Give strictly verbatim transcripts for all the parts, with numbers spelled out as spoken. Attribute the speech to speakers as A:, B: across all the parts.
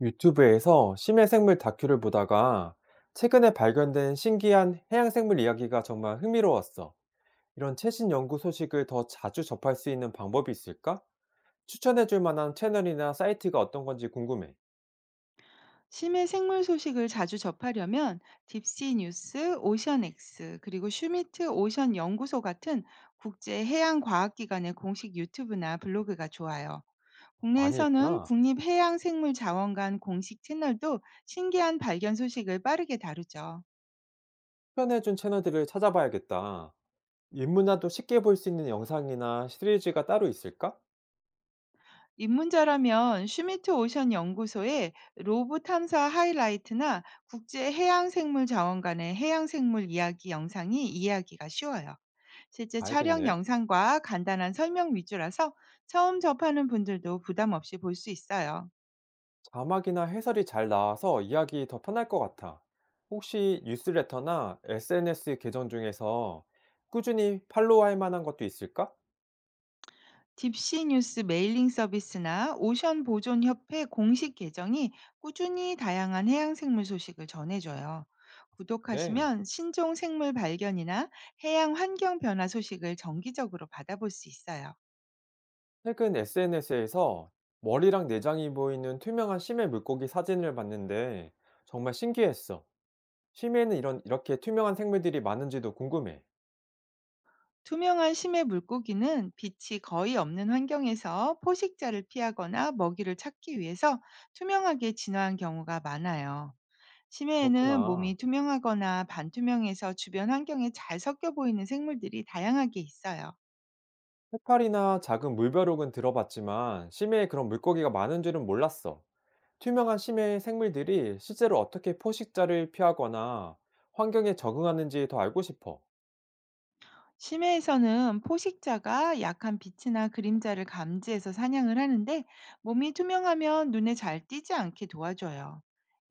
A: 유튜브에서 심해생물 다큐를 보다가 최근에 발견된 신기한 해양생물 이야기가 정말 흥미로웠어. 이런 최신 연구 소식을 더 자주 접할 수 있는 방법이 있을까? 추천해줄 만한 채널이나 사이트가 어떤 건지 궁금해.
B: 심해 생물 소식을 자주 접하려면 딥시 뉴스, 오션엑스, 그리고 슈미트 오션 연구소 같은 국제 해양 과학 기관의 공식 유튜브나 블로그가 좋아요.
A: 많이
B: 국내에서는
A: 있구나.
B: 국립해양생물자원관 공식 채널도 신기한 발견 소식을 빠르게 다루죠.
A: 추천해준 채널들을 찾아봐야겠다. 인문화도 쉽게 볼 수 있는 영상이나 시리즈가 따로 있을까?
B: 입문자라면 슈미트 오션 연구소의 로브 탐사 하이라이트나 국제 해양생물 자원관의 해양생물 이야기 영상이 이해하기가 쉬워요. 실제 촬영
A: 알겠네.
B: 영상과 간단한 설명 위주라서 처음 접하는 분들도 부담 없이 볼 수 있어요.
A: 자막이나 해설이 잘 나와서 이야기 더 편할 것 같아. 혹시 뉴스레터나 에스엔에스 계정 중에서 꾸준히 팔로우할 만한 것도 있을까?
B: 딥시 뉴스 메일링 서비스나 오션 보존 협회 공식 계정이 꾸준히 다양한 해양 생물 소식을 전해줘요.
A: 그래.
B: 구독하시면 신종 생물 발견이나 해양 환경 변화 소식을 정기적으로 받아볼 수 있어요.
A: 최근 에스엔에스에서 머리랑 내장이 보이는 투명한 심해 물고기 사진을 봤는데 정말 신기했어. 심해에는 이런 이렇게 투명한 생물들이 많은지도 궁금해.
B: 투명한 심해 물고기는 빛이 거의 없는 환경에서 포식자를 피하거나 먹이를 찾기 위해서 투명하게 진화한 경우가 많아요. 심해에는 몸이
A: 그렇구나.
B: 투명하거나 반투명해서 주변 환경에 잘 섞여 보이는 생물들이 다양하게 있어요.
A: 해파리나 작은 물벼룩은 들어봤지만 심해에 그런 물고기가 많은 줄은 몰랐어. 투명한 심해 생물들이 실제로 어떻게 포식자를 피하거나 환경에 적응하는지 더 알고 싶어.
B: 심해에서는 포식자가 약한 빛이나 그림자를 감지해서 사냥을 하는데, 몸이 투명하면 눈에 잘 띄지 않게 도와줘요.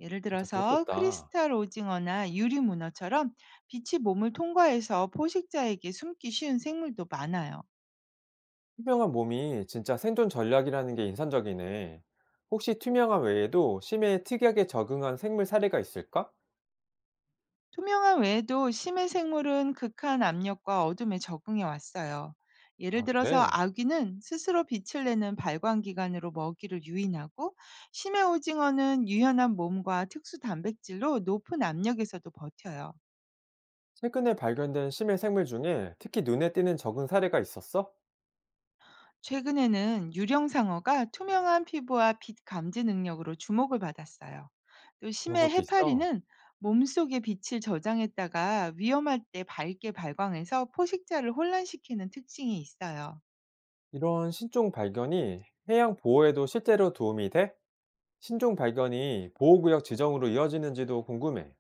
B: 예를
A: 진짜
B: 들어서
A: 그렇겠다.
B: 크리스탈 오징어나 유리 문어처럼 빛이 몸을 통과해서 포식자에게 숨기 쉬운 생물도 많아요.
A: 투명한 몸이 진짜 생존 전략이라는 게 인상적이네. 혹시 투명함 외에도 심해에 특이하게 적응한 생물 사례가 있을까?
B: 투명함 외에도 심해 생물은 극한 압력과 어둠에 적응해 왔어요. 예를
A: 아,
B: 들어서
A: 그래?
B: 아귀는 스스로 빛을 내는 발광기관으로 먹이를 유인하고, 심해 오징어는 유연한 몸과 특수 단백질로 높은 압력에서도 버텨요.
A: 최근에 발견된 심해 생물 중에 특히 눈에 띄는 적응 사례가 있었어?
B: 최근에는 유령상어가 투명한 피부와 빛 감지 능력으로 주목을 받았어요. 또
A: 그런
B: 심해
A: 것도 있어.
B: 해파리는 몸속에 빛을 저장했다가 위험할 때 밝게 발광해서 포식자를 혼란시키는 특징이 있어요.
A: 이런 신종 발견이 해양 보호에도 실제로 도움이 돼? 신종 발견이 보호구역 지정으로 이어지는지도 궁금해.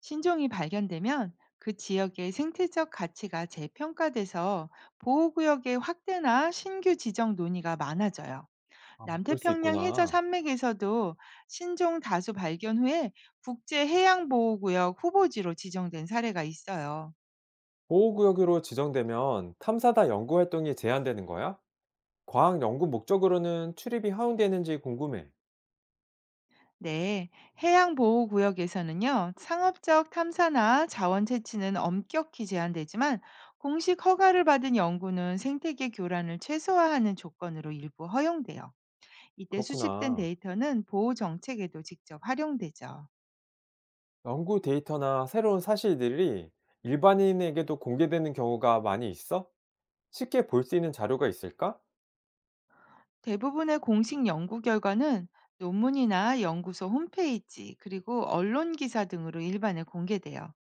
B: 신종이 발견되면 그 지역의 생태적 가치가 재평가돼서 보호구역의 확대나 신규 지정 논의가 많아져요.
A: 아, 그럴 수
B: 남태평양 해저
A: 있구나.
B: 산맥에서도 신종 다수 발견 후에 국제해양보호구역 후보지로 지정된 사례가 있어요.
A: 보호구역으로 지정되면 탐사다 연구 활동이 제한되는 거야? 과학 연구 목적으로는 출입이 허용되는지 궁금해.
B: 네, 해양보호구역에서는요, 상업적 탐사나 자원 채취는 엄격히 제한되지만 공식 허가를 받은 연구는 생태계 교란을 최소화하는 조건으로 일부 허용돼요. 이때 수집된
A: 그렇구나.
B: 데이터는 보호 정책에도 직접 활용되죠.
A: 연구 데이터나 새로운 사실들이 일반인에게도 공개되는 경우가 많이 있어? 쉽게 볼 수 있는 자료가 있을까?
B: 대부분의 공식 연구 결과는 논문이나 연구소 홈페이지, 그리고 언론 기사 등으로 일반에 공개돼요.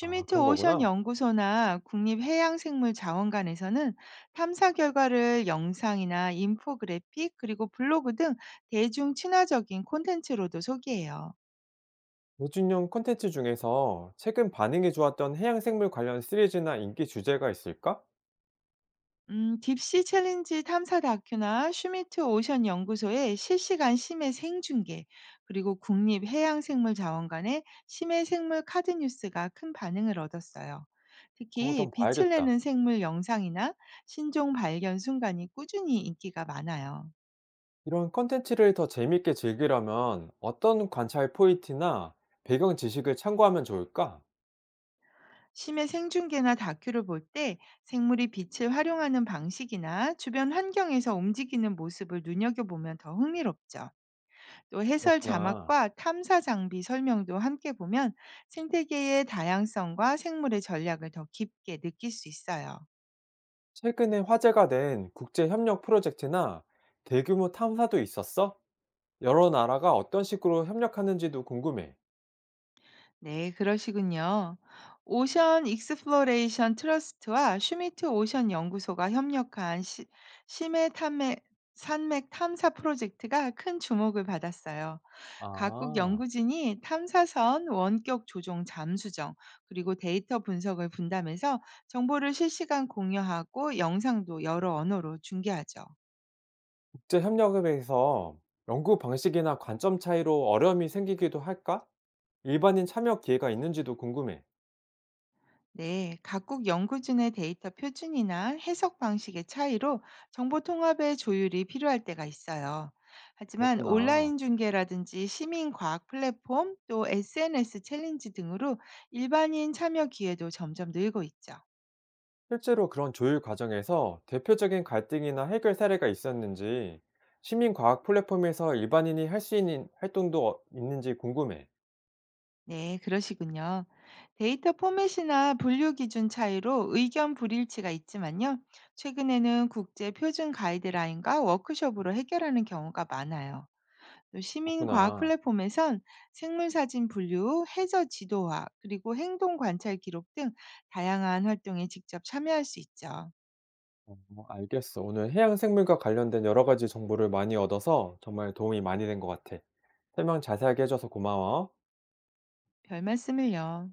A: 아, 그런
B: 오션
A: 거구나.
B: 연구소나 국립해양생물자원관에서는 탐사 결과를 영상이나 인포그래픽, 그리고 블로그 등 대중 친화적인 콘텐츠로도 소개해요.
A: 요즘용 콘텐츠 중에서 최근 반응이 좋았던 해양 생물 관련 시리즈나 인기 주제가 있을까?
B: 음, 딥시 챌린지 탐사 다큐나 슈미트 오션 연구소의 실시간 심해 생중계, 그리고 국립해양생물자원관의 심해 생물 카드 뉴스가 큰 반응을 얻었어요.
A: 그런 것도
B: 특히
A: 한번
B: 빛을
A: 봐야겠다.
B: 내는 생물 영상이나 신종 발견 순간이 꾸준히 인기가 많아요.
A: 이런 콘텐츠를 더 재밌게 즐기려면 어떤 관찰 포인트나 배경 지식을 참고하면 좋을까?
B: 심해 생중계나 다큐를 볼 때 생물이 빛을 활용하는 방식이나 주변 환경에서 움직이는 모습을 눈여겨보면 더 흥미롭죠. 또 해설
A: 그렇구나.
B: 자막과 탐사 장비 설명도 함께 보면 생태계의 다양성과 생물의 전략을 더 깊게 느낄 수 있어요.
A: 최근에 화제가 된 국제 협력 프로젝트나 대규모 탐사도 있었어? 여러 나라가 어떤 식으로 협력하는지도 궁금해.
B: 네, 그러시군요. 오션 익스플로레이션 트러스트와 슈미트 오션 연구소가 협력한 시, 심해 탐맥, 산맥 탐사 프로젝트가 큰 주목을 받았어요. 각국
A: 아,
B: 연구진이 탐사선, 원격 조종 잠수정, 그리고 데이터 분석을 분담해서 정보를 실시간 공유하고 영상도 여러 언어로 중계하죠.
A: 국제 협력에 대해서 연구 방식이나 관점 차이로 어려움이 생기기도 할까? 일반인 참여 기회가 있는지도 궁금해.
B: 네, 각국 연구진의 데이터 표준이나 해석 방식의 차이로 정보 통합의 조율이 필요할 때가 있어요. 하지만
A: 그렇구나.
B: 온라인 중계라든지 시민 과학 플랫폼, 또 에스엔에스 챌린지 등으로 일반인 참여 기회도 점점 늘고 있죠.
A: 실제로 그런 조율 과정에서 대표적인 갈등이나 해결 사례가 있었는지, 시민과학 플랫폼에서 일반인이 할 수 있는 활동도 어- 있는지 궁금해.
B: 네, 그러시군요. 데이터 포맷이나 분류 기준 차이로 의견 불일치가 있지만요, 최근에는 국제 표준 가이드라인과 워크숍으로 해결하는 경우가 많아요. 또 시민과학
A: 그렇구나.
B: 플랫폼에선 생물사진 분류, 해저 지도화, 그리고 행동 관찰 기록 등 다양한 활동에 직접 참여할 수 있죠.
A: 어, 알겠어. 오늘 해양 생물과 관련된 여러 가지 정보를 많이 얻어서 정말 도움이 많이 된 것 같아. 설명 자세하게 해줘서 고마워.
B: 별 말씀을요.